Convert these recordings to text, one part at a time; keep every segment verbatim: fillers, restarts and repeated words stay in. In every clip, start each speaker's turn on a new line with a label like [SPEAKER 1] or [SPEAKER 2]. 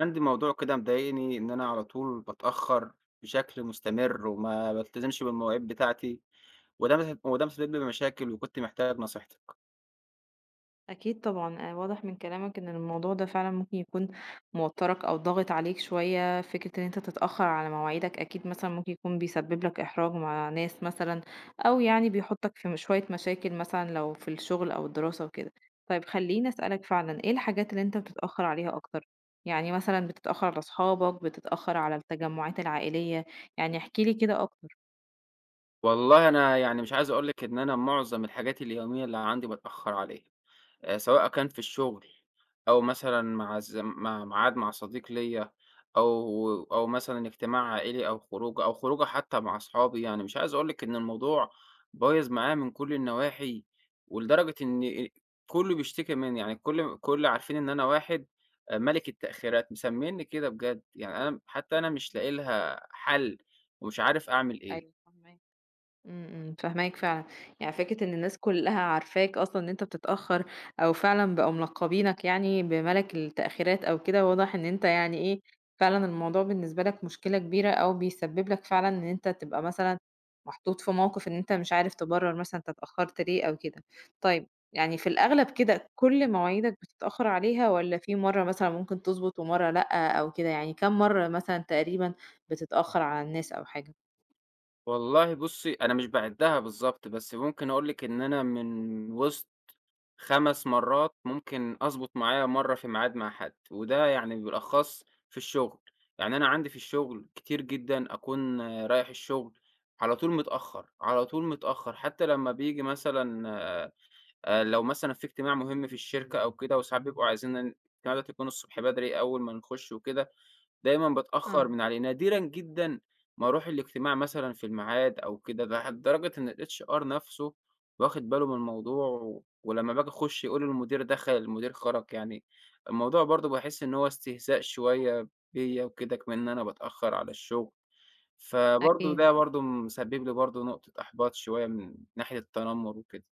[SPEAKER 1] عندي موضوع كده مضايقني إن أنا على طول باتأخّر بشكل مستمر وما بالتزمش بالمواعيد بتاعتي، وده مس وده مسبب لي مشاكل وكنت محتاج نصيحتك.
[SPEAKER 2] أكيد طبعًا، آآ واضح من كلامك إن الموضوع ده فعلًا ممكن يكون موتّرك أو ضاغط عليك شوية، فكرة إن أنت تتأخّر على مواعيدك أكيد مثلًا ممكن يكون بيسبب لك إحراج مع ناس مثلًا، أو يعني بيحطّك في م شوية مشاكل مثلًا لو في الشغل أو الدراسة وكده. طيب خلّيني أسألك فعلًا إيه الحاجات اللي أنت بتتأخّر عليها أكتر؟ يعني مثلًا بتتأخّر على أصحابك، بتتأخّر على التجمُّعات العائلية، يعني احكِ لي كده أكتر.
[SPEAKER 1] والله أنا يعني مش عايز أقول لِك إن أنا معظم الحاجات اليومية اللي عندي باتأخّر عليها. آآ سواء كان في الشغل أو مثلًا مع الز مع ميعاد مع صديق ليّا أو أو مثلًا اجتماع عائلي أو خروجة أو خروجة حتى مع أصحابي. يعني مش عايز أقول لِك إن الموضوع بايظ معايا من كل النواحي، ولدرجة إن آآ كُلّه بيشتكي منّي. يعني كل كل عارفين إن أنا واحد، آآ مَلِك التأخيرات، مسمينّي كده بجد. يعني أنا حتى أنا
[SPEAKER 2] إمم،
[SPEAKER 1] مش لاقي لها حل ومش عارف أعمل إيه.
[SPEAKER 2] أيوه فاهماك. إمم، إمم، فاهماك فعلًا، يعني فكرة إن الناس كلّها عارفاك أصلًا إن أنت بتتأخّر أو فعلًا بقوا ملقّبينك يعني بمَلَك التأخيرات أو كده، واضح إن أنت يعني إيه، فعلًا الموضوع بالنسبة لك مشكلة كبيرة أو بيسبب لك فعلًا إن أنت تبقى مثلًا محطوط في موقِف إن أنت مش عارف تبرّر مثلًا أنت اتأخّرت ليه أو كده. طيب يعني في الأغلب كده كل مواعيدك بتتأخّر عليها والّا في مرّة مثلًا ممكن تضبط ومرّة لأ أو كده، يعني كام مرّة مثلًا تقريبًا بتتأخّر على الناس أو حاجة؟
[SPEAKER 1] والله بُصّي، أنا مش باعدّها بالضبط، بس ممكن أقول لِك إن أنا من وسط 5 مرات ممكن أضبط معايا مرّة في ميعاد مع حد، وده يعني بالأخص في الشغل. يعني أنا عندي في الشغل كتير جدًا أكون، آه، رايح الشغل على طول متأخّر، على طول متأخّر، حتى لمّا بييجي مثلًا آآ لو مثلًا في اجتماع مهم في الشركة أو كده، وساعات بيبقوا عايزين إن الاجتماع دوّة يكون الصبح بدري أول ما نخُش وكده، دايمًا باتأخّر
[SPEAKER 2] آه،
[SPEAKER 1] من عليه. نادرًا جدًا ما أروح الاجتماع مثلًا في الميعاد أو كده. ده لدرجة إن ال H R نَفْسه واخد باله من الموضوع، و ولمّا باجي أخُش يقولوا المدير دخل، المدير خرج. يعني الموضوع برضه باحس إن هو استهزاء شوية بيّا وكده، كمان إن أنا باتأخّر على الشغل، فبرضه
[SPEAKER 2] أكيد.
[SPEAKER 1] ده برضه مسبب لي برضه نقطة إحباط شوية من ناحية التنمُّر وكده.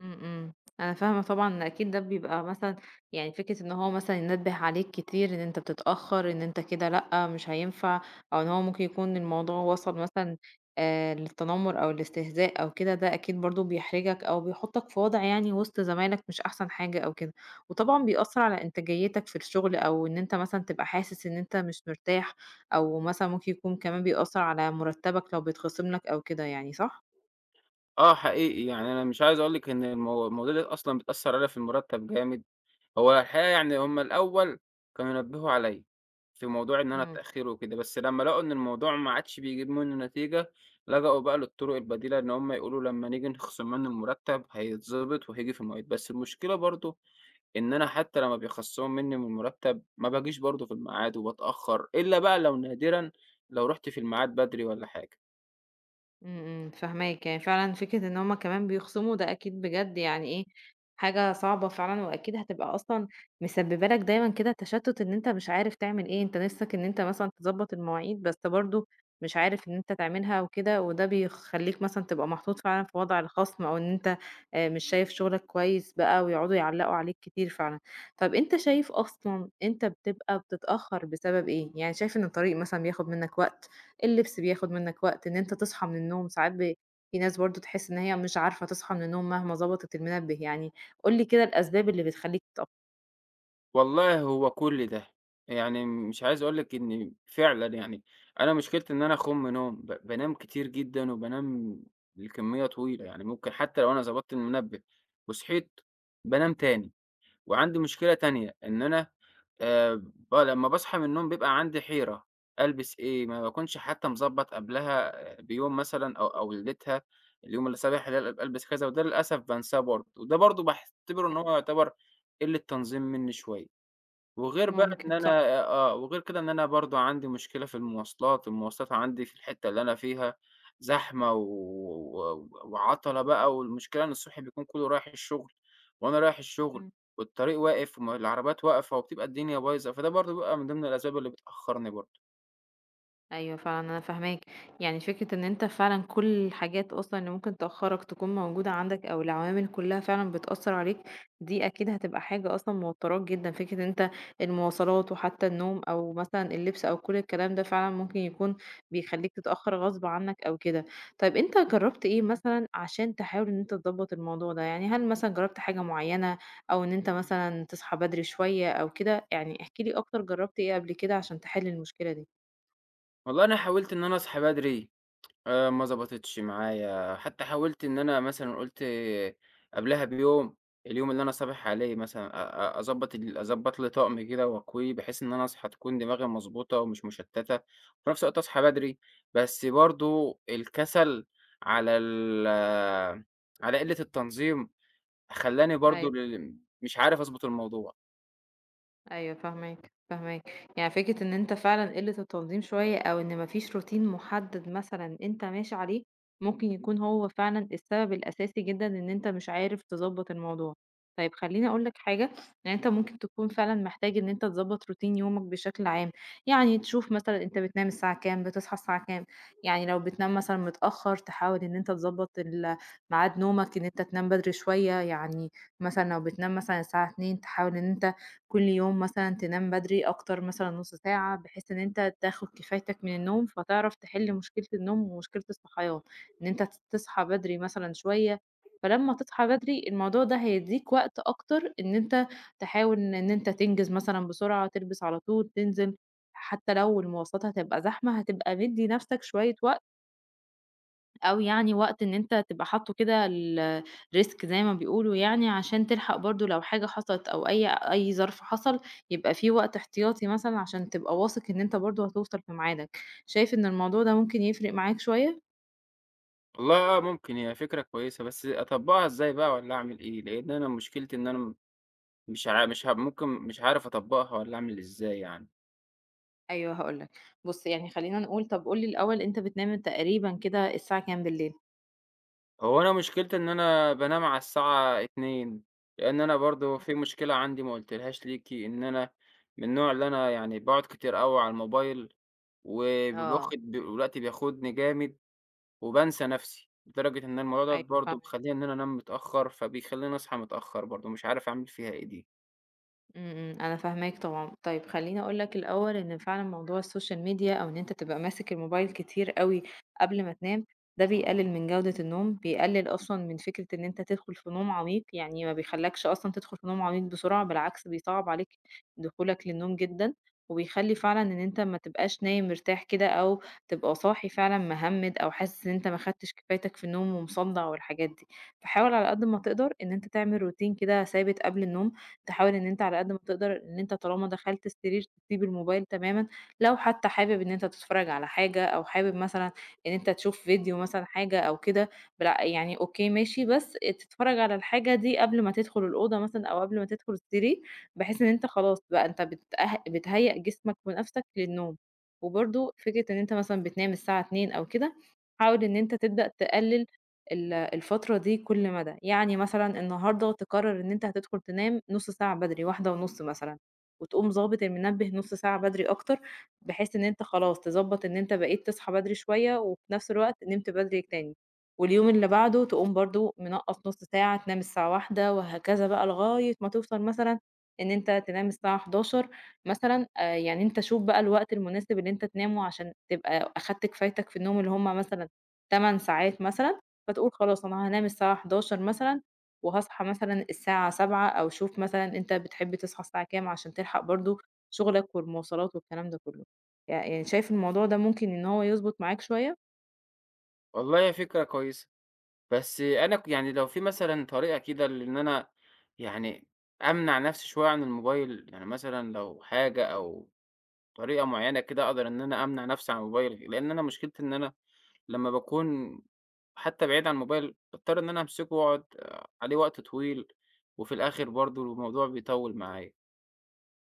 [SPEAKER 2] إمم، إمم. أنا فاهمة طبعًا إن أكيد ده بيبقى مثلًا يعني فكرة إن هو مثلًا ينبّه عليك كتير إن أنت بتتأخّر، إن أنت كده لأ، مش هينفع، أو إن هو ممكن يكون الموضوع وصل مثلًا آآ للتنمُّر أو الاستهزاء أو كده، ده أكيد برضه بيحرجك أو بيحُطّك في وضع يعني وسط زمايلك مش أحسن حاجة أو كده. وطبعًا بيأثّر على إنتاجيتك في الشغل أو إن أنت مثلًا تبقى حاسس إن أنت مش مرتاح أو مثلًا ممكن يكون كمان بيأثّر على مُرتّبك لو بيتخصم لك أو كده يعني، صح؟
[SPEAKER 1] آه، حقيقي. يعني أنا مش عايز أقول لِك إن المو المواضيع ديّة أصلًا بتأثّر عليَّ في المُرتَّب جامد. هو الحقيقة يعني هم الأول كانوا نبّهوا عليّا، في موضوع إن أنا
[SPEAKER 2] إمم.
[SPEAKER 1] التأخير وكده، بس لمّا لقوا إن الموضوع ما عادش بيجيب منّه نتيجة، لجأوا بقى للطرق البديلة، إن هم يقولوا لمّا نيجي نخصم منّه المرتّب هيتضبط وهييجي في المواعيد. بس المشكلة برضه إن أنا حتى لمّا بيخصموا منّي من المرتّب ما باجيش برضه في الميعاد وباتأخّر، إلا بقى لو نادرًا لو رُحت في الميعاد بدري والّا حاجة.
[SPEAKER 2] إمم، إمم، فاهماك، يعني فعلًا فكرة إن هُم كمان بيخصموا ده أكيد بجد يعني إيه، حاجة صعبة فعلًا وأكيد هتبقى أصلًا مسببة لك دايمًا كده تشتُّت إن أنت مش عارف تعمل إيه، أنت نِفْسك إن أنت مثلًا تضبّط المواعيد بس برضه مش عارف إن أنت تعملها وكده، وده بيخلّيك مثلًا تبقى محطوط فعلًا في وضع الخصم أو إن أنت آآ مش شايف شغلك كويس بقى ويقعدوا يعلّقوا عليك كتير فعلًا. طَب أنت شايف أصلًا أنت بتبقى بتتأخّر بسبب إيه؟ يعني شايف إن الطريق مثلًا بياخُد منّك وقت اللبس بياخد منّك وقت، إن أنت تصحى من النوم ساعات ب في ناس برضه تحس إن هي مش عارفة تصحى من النوم مهما ضبطت المنبه يعني، قُل لي كده الأسباب اللي بتخلّيك تتأخر
[SPEAKER 1] والله هو كل ده. يعني مش عايز أقول لِك إن فعلًا يعني أنا مشكلتي إن أنا أخُم نوم، ب بانام كتير جدًا وبانام لكمية طويلة. يعني ممكن حتى لو أنا ضبطت المنبه وصحيت بانام تاني. وعندي مشكلة تانية إن أنا، آآ ب لمّا باصحى من النوم بيبقى عندي حيرة. ألبس إيه؟ ما باكونش حتى مضبّط قبلها، آه، بيوم مثلًا أو أو ليلتها، اليوم اللي صابح ده أبقى ألبس كذا، وده للأسف بانساه برضه، وده برضه باعتبره إن
[SPEAKER 2] يعني.
[SPEAKER 1] هو يعتبر قِلّة تنظيم منّي شوية. وغير بقى إن
[SPEAKER 2] ممكن صح،
[SPEAKER 1] أنا آه، وغير كده إن أنا برضه عندي مشكلة في المواصلات. المواصلات عندي في الحتة اللي أنا فيها زحمة و و وعَطَلة بقى، والمشكلة إن الصبح بيكون كلّه رايح الشغل، وأنا رايح الشغل
[SPEAKER 2] إمم.
[SPEAKER 1] والطريق واقف وما العربيات واقفة وبتبقى الدنيا بايظة، فده برضه بيبقى من ضمن الأسباب اللي بتأخّرني برضه.
[SPEAKER 2] أيوه فعلًا أنا فاهماك، يعني فكرة إن أنت فعلًا كل الحاجات أصلًا اللي ممكن تأخّرك تكون موجودة عندك أو العوامل كلّها فعلًا بتأثّر عليك، دي أكيد هتبقى حاجة أصلًا موتّراك جدًا، فكرة إن أنت المواصلات وحتى النوم أو مثلًا اللبس أو كل الكلام ده فعلًا ممكن يكون بيخلّيك تتأخّر غصب عنك أو كده. طيب أنت جرّبت إيه مثلًا عشان تحاول إن أنت تضبّط الموضوع ده؟ يعني هل مثلًا جرّبت حاجة معيّنة أو إن أنت مثلًا تصحى بدري شوية أو كده؟ يعني احكِ لي أكتر جرّبت إيه قبل كده عشان تحل المشكلة دي؟
[SPEAKER 1] والله أنا حاولت إن أنا أصحى بدري، آآ ما ضبطتش معايا. حتى حاولت إن أنا مثلًا قُلت قبلها بيوم، اليوم اللي أنا صابح عليه مثلًا أ أ أضبّط ال أضبّط لي طقم كده وأكويه، بحيث إن أنا أصحى تكون دماغي مضبوطة ومش مشتتة، وفي نفس الوقت أصحى بدري، بس برضه الكسل على ال على قلة التنظيم خلّاني برضه،
[SPEAKER 2] أيوه.
[SPEAKER 1] ل مش عارف أضبط الموضوع.
[SPEAKER 2] أيوه فاهماك، فاهماك. يعني فكرة إن أنت فعلًا قِلّة التنظيم شوية أو إن ما فيش روتين محدد مثلًا أنت ماشي عليه، ممكن يكون هو فعلًا السبب الأساسي جدًا إن أنت مش عارف تضبّط الموضوع. طيب خلّيني أقول لك حاجة، يعني أنت ممكن تكون فعلًا محتاج إن أنت تضبّط روتين يومك بشكل عام، يعني تشوف مثلًا أنت بتنام الساعة كام، بتصحى الساعة كام، يعني لو بتنام مثلًا متأخّر تحاول إن أنت تضبّط ال ميعاد نومك، إن أنت تنام بدري شوية، يعني مثلًا لو بتنام مثلًا الساعة اتنين تحاول إن أنت كل يوم مثلًا تنام بدري أكتر مثلًا نُص ساعة، بحيث إن أنت تاخد كفايتك من النوم، فتعرف تحل مشكلة النوم ومشكلة الصحيان، إن أنت ت تصحى بدري مثلًا شوية، فلمّا تصحى بدري الموضوع ده هيدّيك وقت أكتر إن أنت تحاول إن أنت تنجز مثلًا بسرعة، تلبس على طول، تنزل، حتى لو المواصلات هتبقى زحمة هتبقى مدّي نفْسك شوية وقت أو يعني وقت إن أنت تبقى حاطّه كده ال risk زي ما بيقولوا يعني عشان تلحق برضه لو حاجة حصلت أو أي أي ظرف حصل، يبقى في وقت احتياطي مثلًا عشان تبقى واثق إن أنت برضه هتوصل في ميعادك. شايف إن الموضوع ده ممكن يفرق معاك شوية؟
[SPEAKER 1] والله آه، ممكن هي فكرة كويسة، بس أطبّقها إزاي بقى والّا أعمل إيه؟ لإن أنا مشكلتي إن أنا م مش عا مش ه ممكن مش عارف أطبّقها والّا أعمل إزاي يعني.
[SPEAKER 2] أيوه هاقول لك. بُص، يعني خلّينا نقول طب قُل لي الأول أنت بتنام تقريبًا كده الساعة كام بالليل؟
[SPEAKER 1] هو أنا مشكلتي إن أنا بانام على الساعة اتنين، لإن أنا برضه في مشكلة عندي ما قُلتلهاش ليكِ، إن أنا من النوع اللي أنا يعني باقعد كتير أوي على الموبايل،
[SPEAKER 2] آه،
[SPEAKER 1] وبواخد ب الوقت بياخدني جامد وبانسى نَفْسي، لدرجة إن الموضوع دوّة
[SPEAKER 2] أيوه
[SPEAKER 1] برضه
[SPEAKER 2] فاهماك.
[SPEAKER 1] بيخلّيني إن أنا أنام متأخّر، فبيخلّيني أصحى متأخّر برضه. مش عارف أعمل فيها إيه دي.
[SPEAKER 2] إمم، إمم، أنا فاهماك طبعًا. طيب خلّيني أقول لك الأول إن فعلًا موضوع السوشيال ميديا أو إن أنت تبقى ماسك الموبايل كتير أوي قبل ما تنام، ده بيقلل من جودة النوم، بيقلل أصلًا من فكرة إن أنت تدخل في نوم عميق، يعني ما بيخلّكش أصلًا تدخل في نوم عميق بسرعة، بالعكس بيصعّب عليك دخولك للنوم جدًا، وبيخلّي فعلًا إن أنت ما تبقاش نايم مرتاح كده أو تبقى صاحي فعلًا مهمّد أو حاسس إن أنت ما خدتش كفايتك في النوم ومصدّع والحاجات دي. فحاول على قد ما تقدر إن أنت تعمل روتين كده ثابت قبل النوم، تحاول إن أنت على قد ما تقدر إن أنت طالما دخلت السرير تسيب الموبايل تمامًا، لو حتى حابب إن أنت تتفرج على حاجة أو حابب مثلًا إن أنت تشوف فيديو مثلًا حاجة أو كده بلأ يعني أوكي ماشي، بس تتفرج على الحاجة دي قبل ما تدخل الأوضة مثلًا أو قبل ما تدخل السرير، بحيث إن أنت خلاص بقى أنت بتأه بتهيأ جسمك ونفسك للنوم. وبرضه فكرة إن أنت مثلًا بتنام الساعة اتنين أو كده، حاول إن أنت تبدأ تقلل ال الفترة دي كل مدى، يعني مثلًا النهارده تقرر إن أنت هتدخل تنام نُص ساعة بدري، واحدة ونص مثلًا، وتقوم ضابط المنبه نُص ساعة بدري أكتر، بحيث إن أنت خلاص تضبّط إن أنت بقيت تصحى بدري شوية، وفي نفس الوقت نمت بدري تاني، واليوم اللي بعده تقوم برضه منقّص نُص ساعة، تنام الساعة واحدة وهكذا بقى لغاية ما توصل مثلًا إن أنت تنام الساعة حداشر مثلًا، آآ يعني أنت شوف بقى الوقت المناسب اللي أنت تنامه عشان تبقى أخدت كفايتك في النوم اللي هم مثلًا ثماني ساعات مثلًا. فتقول خلاص أنا هانام الساعة حداشر مثلًا، وهاصحى مثلًا الساعة سبعة أو شوف مثلًا أنت بتحب تصحى الساعة كام عشان تلحق برضه شغلك والمواصلات والكلام ده كله. ي يعني شايف الموضوع ده ممكن إن هو يضبط معاك شوية؟
[SPEAKER 1] والله هي فكرة كويسة. بس أنا، ك يعني لو في مثلًا طريقة كده، لإن أنا يعني أمنع نَفْسي شوية عن الموبايل، يعني مثلًا لو حاجة أو طريقة معيّنة كده أقدر إن أنا أمنع نَفْسي عن الموبايل، لإن أنا مشكلتي إن أنا لمّا باكون حتى بعيد عن الموبايل باضطر إن أنا أمسكه وأقعد، آه، عليه وقت طويل، وفي الآخر برضه الموضوع بيطوِّل معايا.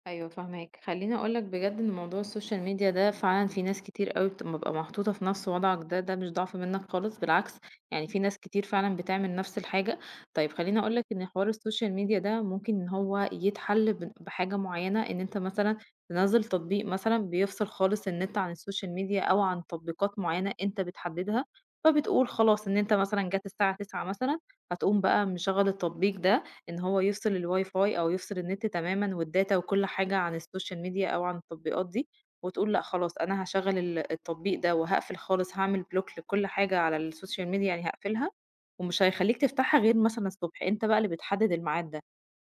[SPEAKER 2] أيوه فاهماك، خلّيني أقول لك بجد إن موضوع السوشيال ميديا ده فعلًا في ناس كتير أوي بت بتبقى محطوطة في نفْس وضعك ده، ده مش ضعف منك خالص بالعكس، يعني في ناس كتير فعلًا بتعمل نفْس الحاجة. طيب خلّيني أقول لك إن حوار السوشيال ميديا ده ممكن إن هو يتحل ب بحاجة معيّنة، إن أنت مثلًا تنزّل تطبيق مثلًا بيفصل خالص النت عن السوشيال ميديا أو عن تطبيقات معيّنة أنت بتحددها، فبتقول خلاص إن أنت مثلًا جات الساعة تسعة مثلًا هتقوم بقى مشغّل التطبيق ده إن هو يفصل الواي فاي أو يفصل النت تمامًا والداتا وكل حاجة عن السوشيال ميديا أو عن التطبيقات دي، وتقول لأ خلاص أنا هاشغّل ال التطبيق ده وهاقفل خالص، هاعمل بلوك لكل حاجة على السوشيال ميديا يعني هاقفلها، ومش هيخلّيك تفتحها غير مثلًا الصبح، أنت بقى اللي بتحدد الميعاد ده.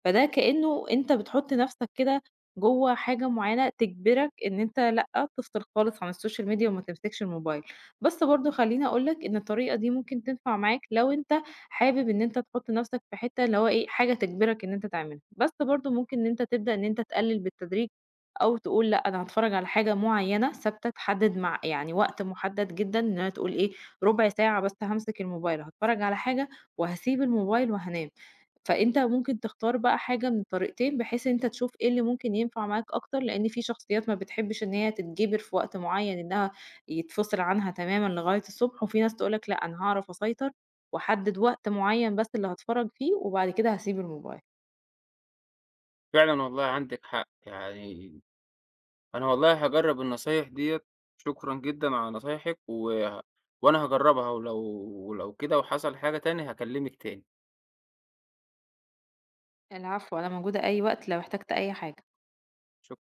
[SPEAKER 2] فده كأنه أنت بتحُط نَفْسك كده جوّه حاجة معيّنة تجبرك إن أنت لأ، تفصل خالص عن السوشيال ميديا وما تمسكش الموبايل، بس برضه خلّيني أقول لك إن الطريقة دي ممكن تنفع معاك لو أنت حابب إن أنت تحُط نَفْسك في حتّة اللي هو إيه، حاجة تجبرك إن أنت تعملها، بس برضه ممكن إن أنت تبدأ إن أنت تقلِّل بالتدريج أو تقول لأ، أنا هاتفرّج على حاجة معيّنة ثابتة تحدد مع يعني وقت مُحدد جدًا إن أنا تقول إيه، رُبع ساعة بس هامسك الموبايل، هاتفرّج على حاجة وهاسيب الموبايل وهانام. فأنت ممكن تختار بقى حاجة من الطريقتين، بحيث إن أنت تشوف إيه اللي ممكن ينفع معاك أكتر، لإن في شخصيات ما بتحبش إن هي تتجبر في وقت معين إنها يتفصل عنها تمامًا لغاية الصبح، وفي ناس تقول لك لأ، أنا هاعرف أسيطر وأحدد وقت معين بس اللي هاتفرج فيه، وبعد كده هاسيب الموبايل.
[SPEAKER 1] فعلًا والله عندِك حق. يعني أنا والله هاجرّب النصايح ديّة، شكرًا جدًا على نصايحِك، وه وأنا هاجرّبها، ولو ولو كده وحصل حاجة تاني هاكلّمِك تاني.
[SPEAKER 2] العفو، أنا موجودة أي وقت لو احتجت أي حاجة.
[SPEAKER 1] شك